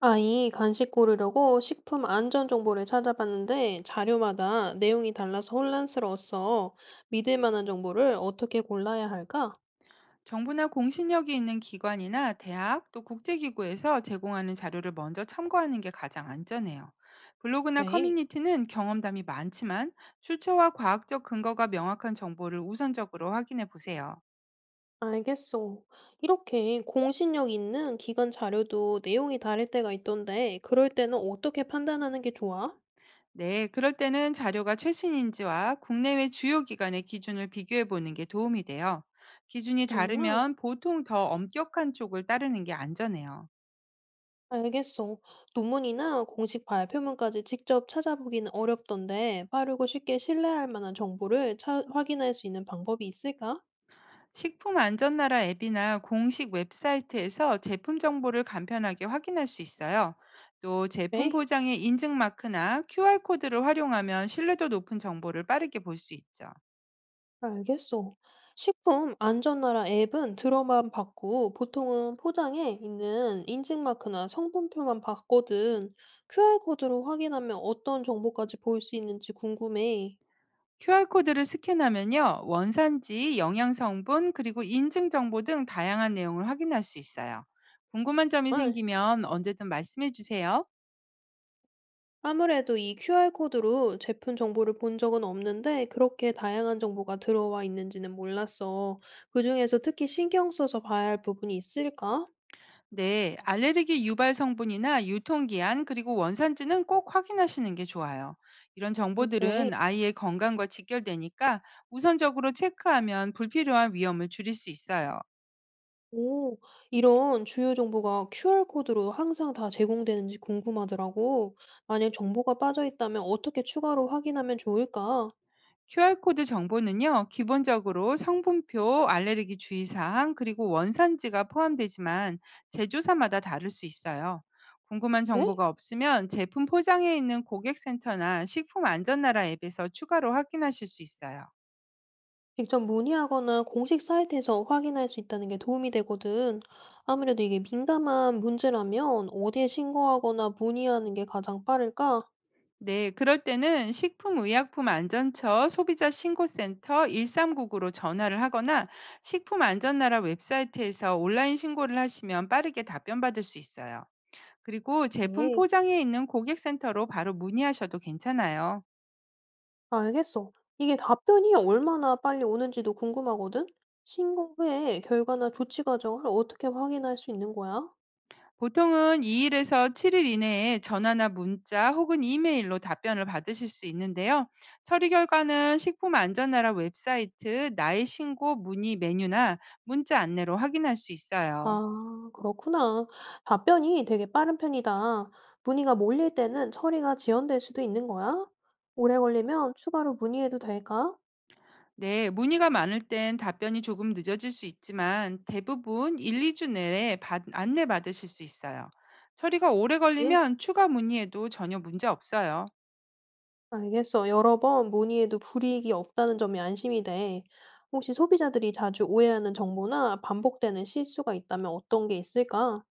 아이 간식 고르려고 식품 안전 정보를 찾아봤는데 자료마다 내용이 달라서 혼란스러웠어. 믿을 만한 정보를 어떻게 골라야 할까? 정부나 공신력이 있는 기관이나 대학 또 국제기구에서 제공하는 자료를 먼저 참고하는 게 가장 안전해요. 블로그나 그래, 커뮤니티는 경험담이 많지만 출처와 과학적 근거가 명확한 정보를 우선적으로 확인해 보세요. 알겠어. 이렇게 공신력 있는 기관 자료도 내용이 다를 때가 있던데 그럴 때는 어떻게 판단하는 게 좋아? 네, 그럴 때는 자료가 최신인지와 국내외 주요 기관의 기준을 비교해 보는 게 도움이 돼요. 기준이 정말? 다르면 보통 더 엄격한 쪽을 따르는 게 안전해요. 알겠어. 논문이나 공식 발표문까지 직접 찾아보기는 어렵던데 빠르고 쉽게 신뢰할 만한 정보를 확인할 수 있는 방법이 있을까? 식품안전나라 앱이나 공식 웹사이트에서 제품 정보를 간편하게 확인할 수 있어요. 또 제품 그래. 포장에 인증 마크나 QR코드를 활용하면 신뢰도 높은 정보를 빠르게 볼 수 있죠. 알겠어. 식품 안전나라 앱은 들어만 봤고 보통은 포장에 있는 인증마크나 성분표만 봤거든. QR코드로 확인하면 어떤 정보까지 볼 수 있는지 궁금해. QR코드를 스캔하면요, 원산지, 영양성분, 그리고 인증 정보 등 다양한 내용을 확인할 수 있어요. 궁금한 점이 아, 생기면 언제든 말씀해 주세요. 아무래도 이 QR코드로 제품 정보를 본 적은 없는데 그렇게 다양한 정보가 들어와 있는지는 몰랐어. 그중에서 특히 신경 써서 봐야 할 부분이 있을까? 네, 알레르기 유발 성분이나 유통기한 그리고 원산지는 꼭 확인하시는 게 좋아요. 이런 아, 그래. 정보들은 아이의 건강과 직결되니까 우선적으로 체크하면 불필요한 위험을 줄일 수 있어요. 오, 이런 주요 정보가 QR 코드로 항상 다 제공되는지 궁금하더라고. 만약 정보가 빠져 있다면 어떻게 추가로 확인하면 좋을까? QR코드 정보는요, 기본적으로 성분표, 알레르기 주의사항, 그리고 원산지가 포함되지만 제조사마다 다를 수 있어요. 궁금한 네, 정보가 없으면 제품 포장에 있는 고객센터나 식품안전나라 앱에서 추가로 확인하실 수 있어요. 직접 문의하거나 공식 사이트에서 확인할 수 있다는 게 도움이 되거든. 아무래도 이게 민감한 문제라면 어디에 신고하거나 문의하는 게 가장 빠를까? 네, 그럴 때는 식품의약품안전처 소비자신고센터 1399로 전화를 하거나 식품안전나라 웹사이트에서 온라인 신고를 하시면 빠르게 답변받을 수 있어요. 그리고 제품 네, 포장해 있는 고객센터로 바로 문의하셔도 괜찮아요. 알겠어. 이게 답변이 얼마나 빨리 오는지도 궁금하거든? 신고 후에 결과나 조치 과정을 어떻게 확인할 수 있는 거야? 보통은 2일에서 7일 이내에 전화나 문자 혹은 이메일로 답변을 받으실 수 있는데요. 처리 결과는 식품안전나라 웹사이트 나의 신고 문의 메뉴나 문자 안내로 확인할 수 있어요. 아, 그렇구나. 답변이 되게 빠른 편이다. 문의가 몰릴 때는 처리가 지연될 수도 있는 거야? 오래 걸리면 추가로 문의해도 될까? 네, 문의가 많을 땐 답변이 조금 늦어질 수 있지만 대부분 1, 2주 내에 안내받으실 수 있어요. 처리가 오래 네. 걸리면 추가 문의에도 전혀 문제 없어요. 알겠어. 여러 번 문의해도 불이익이 없다는 점이 안심이 돼. 혹시 소비자들이 자주 오해하는 정보나 반복되는 실수가 있다면 어떤 게 있을까?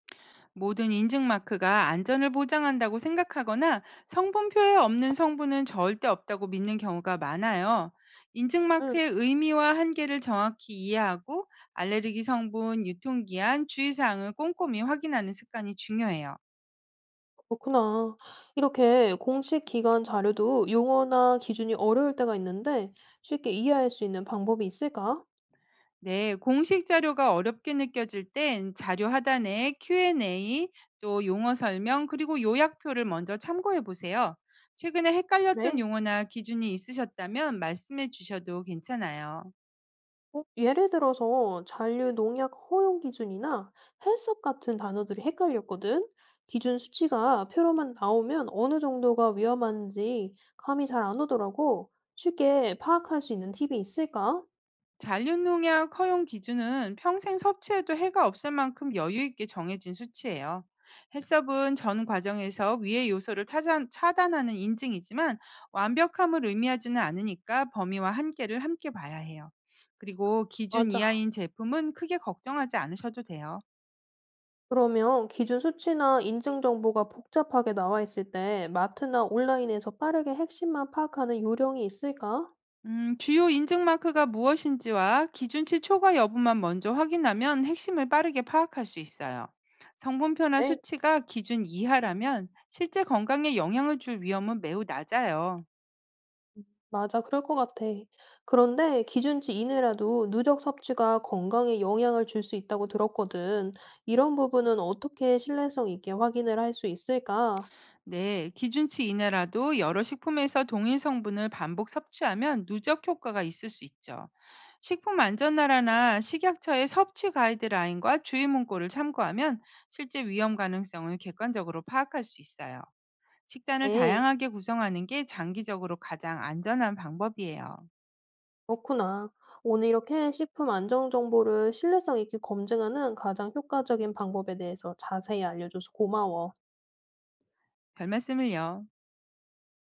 모든 인증 마크가 안전을 보장한다고 생각하거나 성분표에 없는 성분은 절대 없다고 믿는 경우가 많아요. 인증 음, 마크의 의미와 한계를 정확히 이해하고 알레르기 성분, 유통기한, 주의사항을 꼼꼼히 확인하는 습관이 중요해요. 그렇구나. 이렇게 공식 기관 자료도 용어나 기준이 어려울 때가 있는데 쉽게 이해할 수 있는 방법이 있을까? 네, 공식 자료가 어렵게 느껴질 땐 자료 하단에 Q&A, 또 용어 설명, 그리고 요약표를 먼저 참고해 보세요. 최근에 헷갈렸던 네. 용어나 기준이 있으셨다면 말씀해 주셔도 괜찮아요. 어, 예를 들어서 잔류 농약 허용 기준이나 헬스업 같은 단어들이 헷갈렸거든. 기준 수치가 표로만 나오면 어느 정도가 위험한지 감이 잘 안 오더라고. 쉽게 파악할 수 있는 팁이 있을까? 잔류농약 허용 기준은 평생 섭취해도 해가 없을 만큼 여유 있게 정해진 수치예요. 해썹은 전 과정에서 위의 요소를 차단하는 인증이지만 완벽함을 의미하지는 않으니까 범위와 한계를 함께 봐야 해요. 그리고 기준 맞아. 이하인 제품은 크게 걱정하지 않으셔도 돼요. 그러면 기준 수치나 인증 정보가 복잡하게 나와 있을 때 마트나 온라인에서 빠르게 핵심만 파악하는 요령이 있을까? 주요 인증 마크가 무엇인지와 기준치 초과 여부만 먼저 확인하면 핵심을 빠르게 파악할 수 있어요. 성분표나 네, 수치가 기준 이하라면 실제 건강에 영향을 줄 위험은 매우 낮아요. 맞아. 그럴 것 같아. 그런데 기준치 이내라도 누적 섭취가 건강에 영향을 줄 수 있다고 들었거든. 이런 부분은 어떻게 신뢰성 있게 확인을 할 수 있을까? 네, 기준치 이내라도 여러 식품에서 동일 성분을 반복 섭취하면 누적 효과가 있을 수 있죠. 식품안전나라나 식약처의 섭취 가이드라인과 주의 문구를 참고하면 실제 위험 가능성을 객관적으로 파악할 수 있어요. 식단을 네, 다양하게 구성하는 게 장기적으로 가장 안전한 방법이에요. 그렇구나. 오늘 이렇게 식품 안전 정보를 신뢰성 있게 검증하는 가장 효과적인 방법에 대해서 자세히 알려줘서 고마워. 별 말씀을요.